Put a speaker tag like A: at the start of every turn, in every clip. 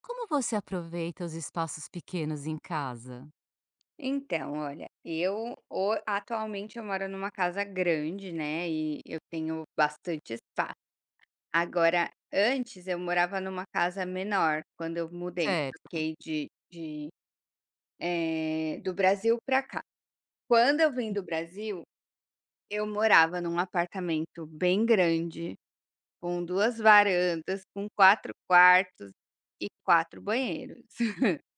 A: Como você aproveita os espaços pequenos em casa?
B: Então, olha, eu ho atualmente eu moro numa casa grande, né, e eu tenho bastante espaço. Agora, antes eu morava numa casa menor, quando eu mudei,
A: Certo.
B: fiquei do Brasil para cá. Quando eu vim do Brasil, eu morava num apartamento bem grande, com 2 varandas, com 4 quartos e 4 banheiros.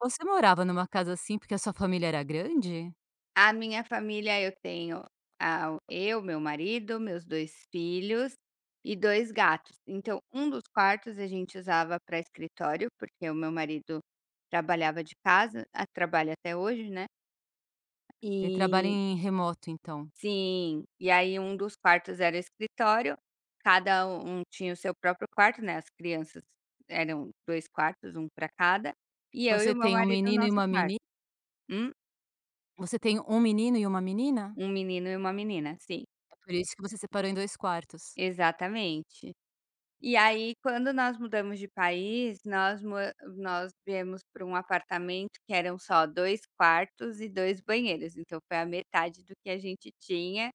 A: Você morava numa casa assim porque a sua família era grande?
B: A minha família eu tenho, eu, meu marido, meus 2 filhos e 2 gatos. Então, um dos quartos a gente usava para escritório, porque o meu marido trabalhava de casa, trabalha até hoje, né.
A: Ele trabalha
B: E
A: em remoto, então.
B: sim, e aí um dos quartos era escritório, cada um tinha o seu próprio quarto, né, as crianças eram 2 quartos, um para cada, e eu e
A: Você
B: o meu
A: tem um
B: marido, o
A: menino e
B: nosso
A: uma
B: quarto.
A: meni
B: Hum?
A: você tem um menino e uma menina?
B: Um menino e uma menina, sim,
A: É por isso que você separou em 2 quartos.
B: exatamente. E aí, quando nós mudamos de país, nós viemos para um apartamento que eram só 2 quartos e 2 banheiros, então foi a metade do que a gente tinha,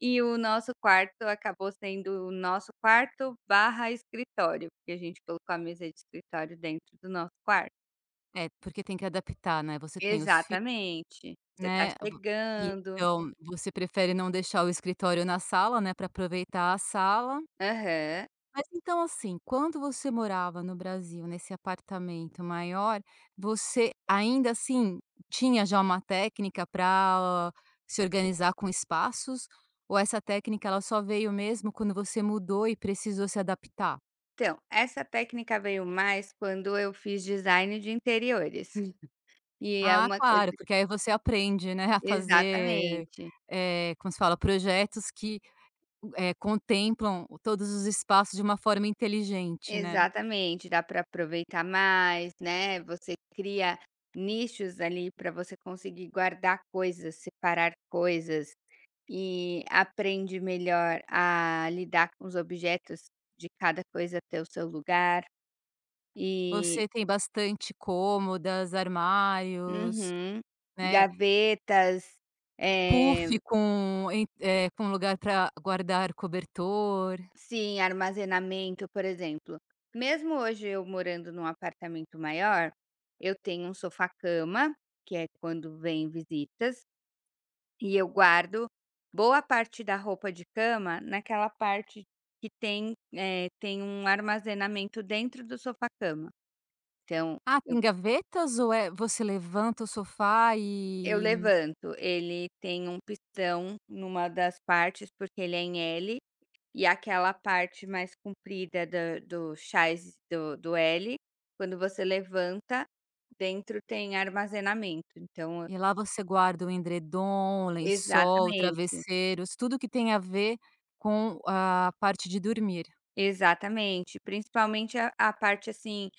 B: e o nosso quarto acabou sendo o nosso quarto barra escritório, porque a gente colocou a mesa de escritório dentro do nosso quarto.
A: É, porque tem que adaptar, né, você tem os filhos,
B: Exatamente. Você está
A: né, vo
B: chegando.
A: então, você prefere não deixar o escritório na sala, né. Para aproveitar a sala.
B: Aham.
A: Mas então, assim, quando você morava no Brasil, nesse apartamento maior, você ainda assim tinha já uma técnica para se organizar com espaços? Ou essa técnica ela só veio mesmo quando você mudou e precisou se adaptar?
B: Então, essa técnica veio mais quando eu fiz design de interiores. E é
A: Ah,
B: uma coi
A: claro, porque aí você aprende, né, a fazer,
B: Exatamente,
A: como se fala, projetos que contemplam todos os espaços de uma forma inteligente, né.
B: exatamente, dá para aproveitar mais, né, você cria nichos ali para você conseguir guardar coisas, separar coisas e aprende melhor a lidar com os objetos de cada coisa ter o seu lugar e
A: Você tem bastante cômodas, armários.
B: uhum,
A: Né,
B: gavetas,
A: puff
B: eh
A: com com lugar para guardar cobertor.
B: sim, armazenamento, por exemplo. Mesmo hoje eu morando num apartamento maior, eu tenho um sofá-cama, que é quando vem visitas, e eu guardo boa parte da roupa de cama naquela parte que tem um armazenamento dentro do sofá-cama. Então,
A: Ah,
B: eu,
A: tem gavetas ou é você levanta o sofá?
B: eu
A: E
B: levanto, ele tem um pistão numa das partes, porque ele é em L. E aquela parte mais comprida da do chás do do L, quando você levanta, dentro tem armazenamento, então.
A: e lá você guarda o edredom, lençol,
B: Exatamente.
A: travesseiros, tudo que tem a ver com a parte de dormir.
B: Exatamente, principalmente a parte, assim,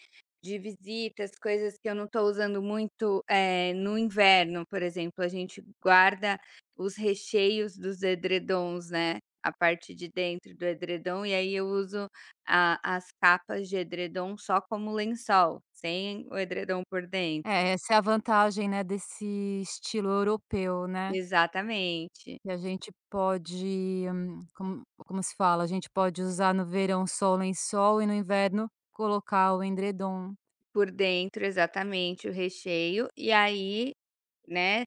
B: de visitas, coisas que eu não estou usando muito, no inverno, por exemplo, a gente guarda os recheios dos edredons, né, a parte de dentro do edredom, e aí eu uso a as capas de edredom só como lençol, sem o edredom por dentro.
A: É, essa é a vantagem, né, desse estilo europeu, né,
B: Exatamente.
A: que a gente pode, como como se fala? A gente pode usar no verão só o lençol e no inverno colocar o endredom.
B: Por dentro, exatamente, o recheio, e aí. Né,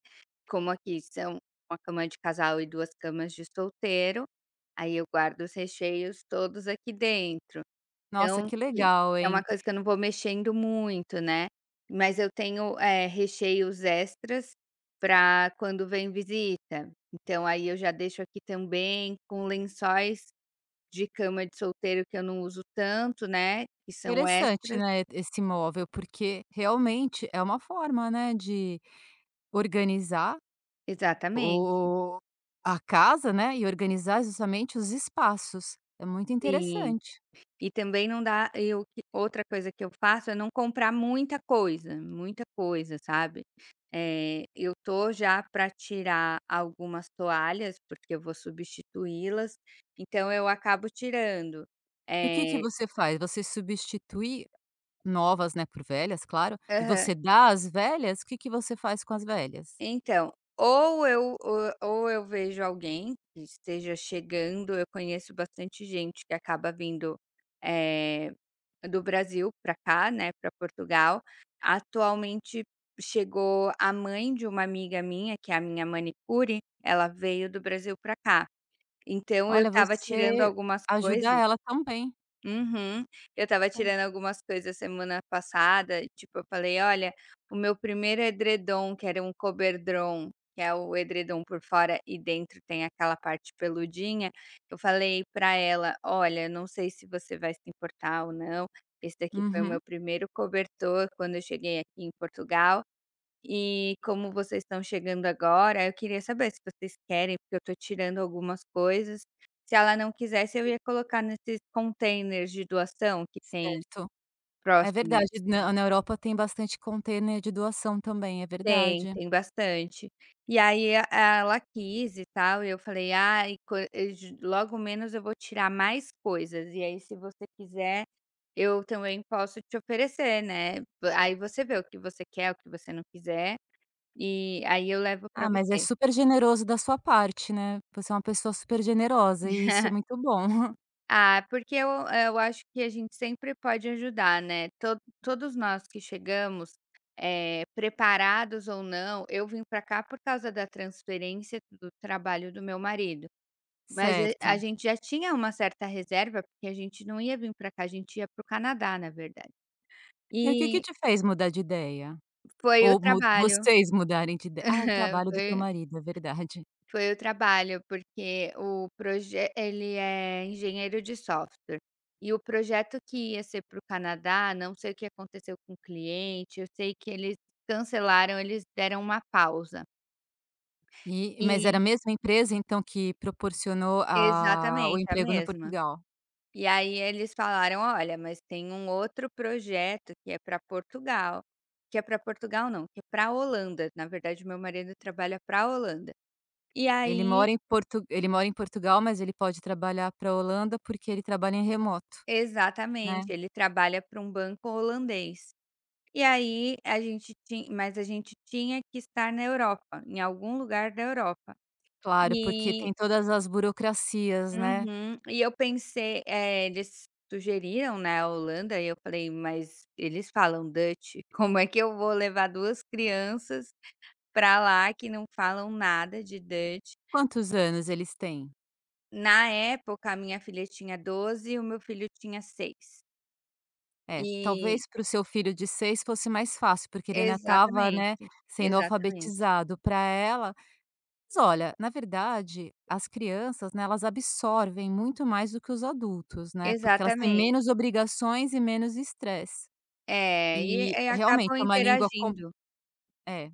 B: como aqui são uma cama de casal e 2 camas de solteiro, aí eu guardo os recheios todos aqui dentro.
A: Nossa,
B: Então,
A: que
B: que
A: legal,
B: que é uma
A: hein.
B: coisa que eu não vou mexendo muito, né, mas eu tenho, recheios extras para quando vem visita. Então aí eu já deixo aqui também com lençóis de cama de solteiro que eu não uso tanto, né, que são
A: Interessante,
B: extras.
A: né, esse móvel, porque realmente é uma forma, né, de organizar
B: Exatamente.
A: o a casa, né, e organizar justamente os espaços. É muito
B: Sim.
A: interessante.
B: E também não dá eu que outra coisa que eu faço é não comprar muita coisa, sabe. Eu tô já para tirar algumas toalhas, porque eu vou substituí-las, então eu acabo tirando.
A: E o que que
B: Eh
A: você faz? Você substitui novas, né, por velhas, claro, e
B: aham.
A: você dá as velhas? O que que você faz com as velhas?
B: Então, ou eu vejo alguém que esteja chegando, eu conheço bastante gente que acaba vindo, eh do Brasil para cá, né, para Portugal. Atualmente chegou a mãe de uma amiga minha, que é a minha manicure, ela veio do Brasil para cá. Então eu
A: Olha,
B: estava tirando
A: você
B: algumas
A: ajuda
B: coisas.
A: ela também.
B: Uhum. Eu estava
A: É.
B: tirando algumas coisas semana passada, tipo, eu falei: "Olha, o meu primeiro edredom, que era um coberdron, que é o edredom por fora e dentro tem aquela parte peludinha". Eu falei pra ela: "Olha, não sei se você vai se importar ou não, esse daqui foi o meu
A: Uhum,
B: primeiro cobertor quando eu cheguei aqui em Portugal, e como vocês estão chegando agora, eu queria saber se vocês querem, porque eu estou tirando algumas coisas. Se ela não quisesse, eu ia colocar nesses containers de doação que tem
A: certo. É
B: próximos".
A: verdade, na na Europa tem bastante container de doação também, é
B: Tem,
A: verdade.
B: tem bastante. E aí ela quis e tal, e eu falei, logo menos eu vou tirar mais coisas. E aí, se você quiser, eu também posso te oferecer, né? Aí você vê o que você quer, o que você não quiser, e aí eu levo para
A: Ah, mas é
B: você.
A: super generoso da sua parte, né, você é uma pessoa super generosa e isso é muito bom.
B: Ah, porque eu acho que a gente sempre pode ajudar, né, to todos nós que chegamos, preparados ou não, eu vim para cá por causa da transferência do trabalho do meu marido, mas e a
A: Certo.
B: gente já tinha uma certa reserva, porque a gente não ia vir para cá, a gente ia para o Canadá, na verdade.
A: E o que que
B: E
A: te fez mudar de ideia?
B: foi
A: Ou
B: o
A: mu
B: trabalho.
A: vocês mudarem de ideia? Ah, o trabalho do teu
B: Foi
A: marido, é verdade.
B: Foi o trabalho, porque o projeto ele é engenheiro de software. E o projeto que ia ser para o Canadá, não sei o que aconteceu com o cliente, eu sei que eles cancelaram, eles deram uma pausa.
A: E mas era
B: E
A: a mesma empresa, então, que proporcionou a o
B: exatamente, a
A: emprego no
B: mesma.
A: Portugal?
B: E aí eles falaram: "Olha, mas tem um outro projeto que é para Portugal", que é para Portugal não, que é para Holanda, na verdade meu marido trabalha para Holanda. E
A: Ele
B: aí
A: mora em Portu ele mora em Portugal, mas ele pode trabalhar para a Holanda, porque ele trabalha em remoto, né?
B: exatamente, ele trabalha para um banco holandês. E aí a gente tinha, mas a gente tinha que estar na Europa, em algum lugar da Europa.
A: Claro, porque
B: E
A: tem todas as burocracias, né.
B: uhum. E eu pensei eles sugeriram, né, a Holanda e eu falei: "Mas eles falam Dutch, como é que eu vou levar 2 crianças pra lá que não falam nada de Dutch?".
A: Quantos anos eles têm?
B: Na época a minha filha tinha 12 e o meu filho tinha seis.
A: É,
B: E
A: talvez para o seu filho de 6 fosse mais fácil, porque ele ainda estava, né,
B: exatamente,
A: sendo
B: exatamente,
A: alfabetizado. Para ela, mas olha, na verdade, as crianças, né, elas absorvem muito mais do que os adultos, né, porque elas têm menos
B: exatamente.
A: obrigações e menos estresse.
B: É, e
A: E,
B: e
A: realmente,
B: acabam
A: é uma língua com
B: interagindo.
A: é.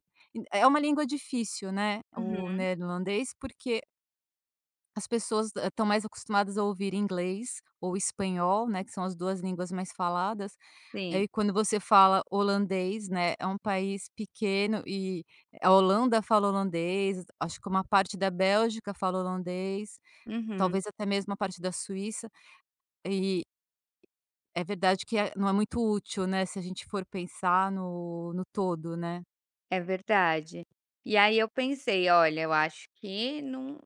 A: É uma língua difícil, né, o
B: Uhum,
A: neerlandês, porque as pessoas estão mais acostumadas a ouvir inglês ou espanhol, né, que são as 2 línguas mais faladas.
B: sim.
A: Aí quando você fala holandês, né, é um país pequeno e a Holanda fala holandês, acho que uma parte da Bélgica fala holandês,
B: Uhum,
A: talvez até mesmo a parte da Suíça. E é verdade que é não é muito útil, né, se a gente for pensar no todo, né.
B: é verdade. E aí eu pensei: "Olha, eu acho que não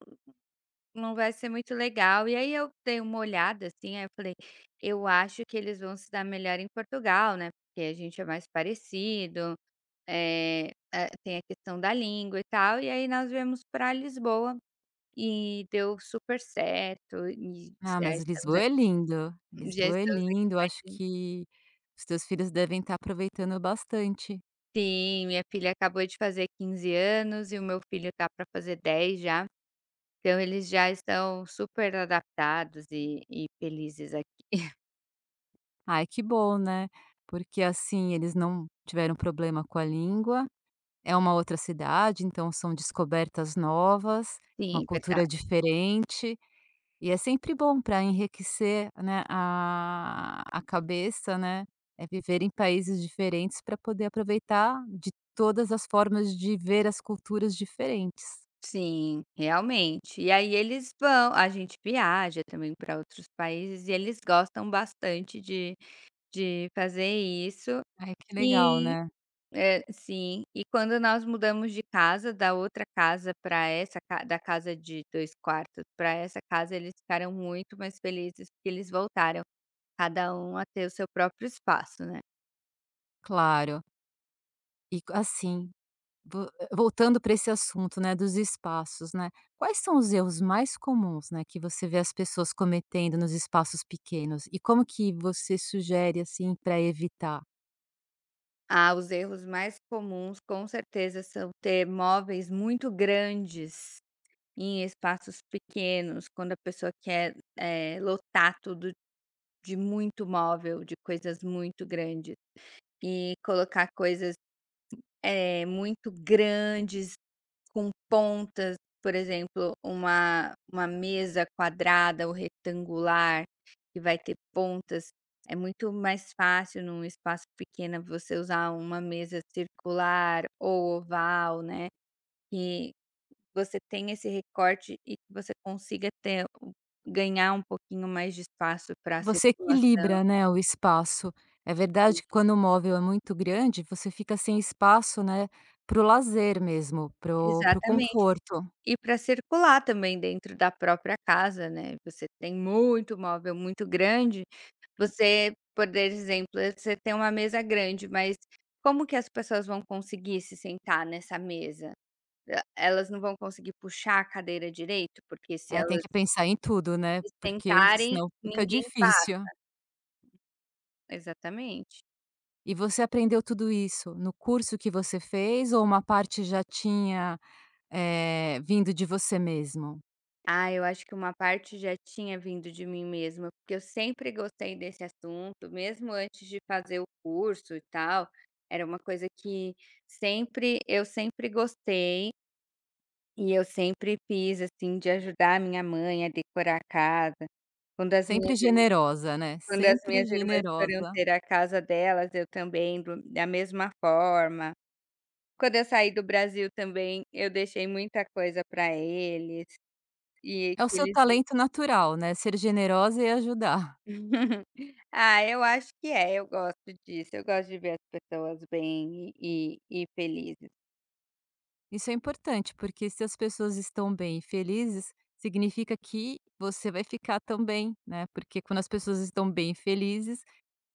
B: não vai ser muito legal". E aí eu dei uma olhada, assim, aí eu falei: "Eu acho que eles vão se dar melhor em Portugal, né, porque a gente é mais parecido, eh, tem a questão da língua e tal". E aí nós viemos para Lisboa e deu super certo e
A: Ah,
B: já
A: mas
B: estamos aqui já
A: Lisboa é
B: estamos
A: lindo,
B: aqui
A: acho que os teus filhos devem estar aproveitando bastante.
B: Sim, minha filha acabou de fazer 15 anos e o meu filho tá para fazer 10 já, então eles já estão super adaptados e felizes aqui.
A: Ai, que bom, né. Porque, assim, eles não tiveram problema com a língua, é uma outra cidade, então são descobertas novas, uma
B: Sim, verdade.
A: cultura diferente, e é sempre bom para enriquecer, né, a cabeça, né, é viver em países diferentes para poder aproveitar de todas as formas de ver as culturas diferentes.
B: Sim, realmente. E aí eles vão A gente viaja também para outros países e eles gostam bastante de fazer isso.
A: Ai, que legal, né.
B: É, sim. E quando nós mudamos de casa, da casa de 2 quartos para essa casa, eles ficaram muito mais felizes porque eles voltaram, cada um a ter o seu próprio espaço, né.
A: Claro. E, assim, Vo voltando para esse assunto, né, dos espaços, né, quais são os erros mais comuns, né, que você vê as pessoas cometendo nos espaços pequenos e como que você sugere, assim, para evitar?
B: Ah, os erros mais comuns com certeza são ter móveis muito grandes em espaços pequenos, quando a pessoa quer, lotar tudo de muito móvel, de coisas muito grandes, e colocar coisas. É, muito grandes, com pontas, por exemplo, uma mesa quadrada ou retangular, que vai ter pontas, é muito mais fácil num espaço pequeno você usar uma mesa circular ou oval, né, que você tem esse recorte e que você consiga ter ganhar um pouquinho mais de espaço pra
A: Você
B: circulação.
A: equilibra, né, o espaço. É verdade que quando o móvel é muito grande, você fica sem espaço, né, para o lazer mesmo, para o
B: Exatamente.
A: conforto.
B: E para circular também dentro da própria casa, né, você tem muito móvel, muito grande, você, por exemplo, você tem uma mesa grande, mas como que as pessoas vão conseguir se sentar nessa mesa? E elas não vão conseguir puxar a cadeira direito? Porque se
A: É, tem
B: elas
A: que pensar em tudo, né,
B: se
A: porque
B: sentarem,
A: senão fica
B: ninguém passa.
A: difícil.
B: Exatamente.
A: E você aprendeu tudo isso no curso que você fez ou uma parte já tinha vindo de você mesmo.
B: Ah, eu acho que uma parte já tinha vindo de mim mesma, porque eu sempre gostei desse assunto, mesmo antes de fazer o curso e tal, era uma coisa que sempre eu sempre gostei e eu sempre fiz assim de ajudar a minha mãe a decorar a casa. Quando as
A: Sempre
B: minhas ir-
A: generosa, né,
B: quando as
A: sempre
B: minhas irmãs foram
A: generosa.
B: ter a casa delas, eu também da mesma forma. Quando eu saí do Brasil também, eu deixei muita coisa para eles e
A: É o
B: que
A: seu
B: eles
A: talento natural, né, ser generosa e ajudar.
B: Ah, eu acho que é, eu gosto disso, eu gosto de ver as pessoas bem e felizes.
A: Isso é importante, porque se as pessoas estão bem e felizes, significa que você vai ficar também, né, porque quando as pessoas estão bem e felizes,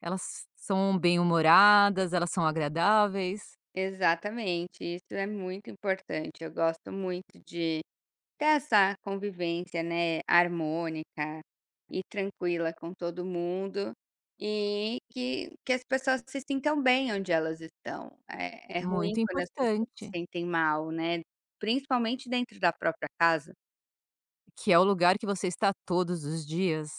A: elas são bem-humoradas, elas são agradáveis.
B: Exatamente, isso é muito importante, eu gosto muito de ter essa convivência, né, harmônica e tranquila com todo mundo, e que as pessoas se sintam bem onde elas estão. É ruim, uhum,
A: Muito
B: quando as pessoas se
A: importante.
B: sentem mal, né, principalmente dentro da própria casa.
A: Que é o lugar que você está todos os dias.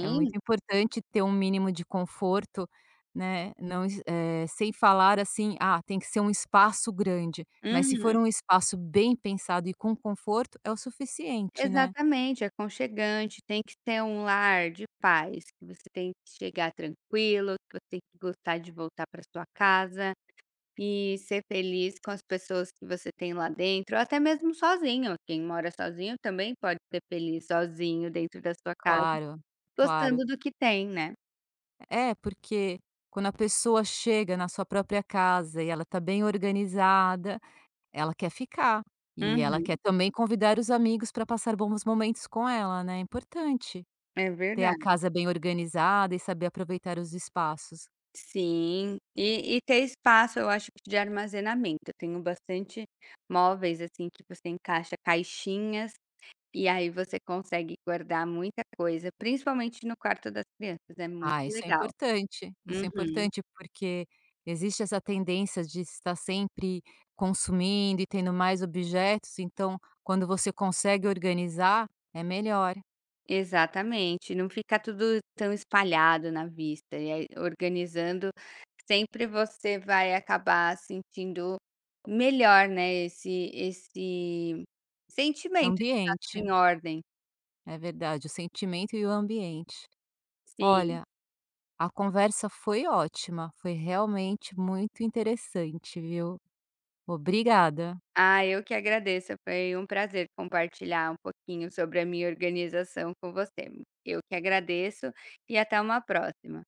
A: É muito importante ter um mínimo de conforto, né, não sem falar assim: "Ah, tem que ser um espaço grande", mas se for
B: uhum.
A: um espaço bem pensado e com conforto, é o suficiente, né.
B: Exatamente, é aconchegante, tem que ser um lar de paz, que você tem que chegar tranquilo, que você tem que gostar de voltar para sua casa e ser feliz com as pessoas que você tem lá dentro, ou até mesmo sozinho. Quem mora sozinho também pode ser feliz sozinho dentro da sua casa,
A: Claro, claro.
B: gostando do que tem, né.
A: É, porque quando a pessoa chega na sua própria casa e ela está bem organizada, ela quer ficar, e ela quer
B: Uhum,
A: também convidar os amigos para passar bons momentos com ela, né, é importante.
B: é
A: Ter a
B: verdade.
A: casa bem organizada e saber aproveitar os espaços.
B: Sim, e ter espaço, eu acho que de armazenamento. Eu tenho bastante móveis, assim, que você encaixa caixinhas. E aí você consegue guardar muita coisa, principalmente no quarto das crianças, é muito
A: Ah,
B: legal.
A: isso é
B: Uhum.
A: importante porque existe essa tendência de estar sempre consumindo e tendo mais objetos, então quando você consegue organizar, é melhor.
B: Exatamente, não fica tudo tão espalhado na vista, e aí organizando, sempre você vai acabar sentindo melhor, né, esse sentimento de estar tudo
A: Ambiente,
B: em ordem.
A: é verdade, o sentimento e o ambiente.
B: Sim.
A: Olha, a conversa foi ótima, foi realmente muito interessante, viu. Obrigada.
B: Ah, eu que agradeço, foi um prazer compartilhar um pouquinho sobre a minha organização com você. Eu que agradeço e até uma próxima.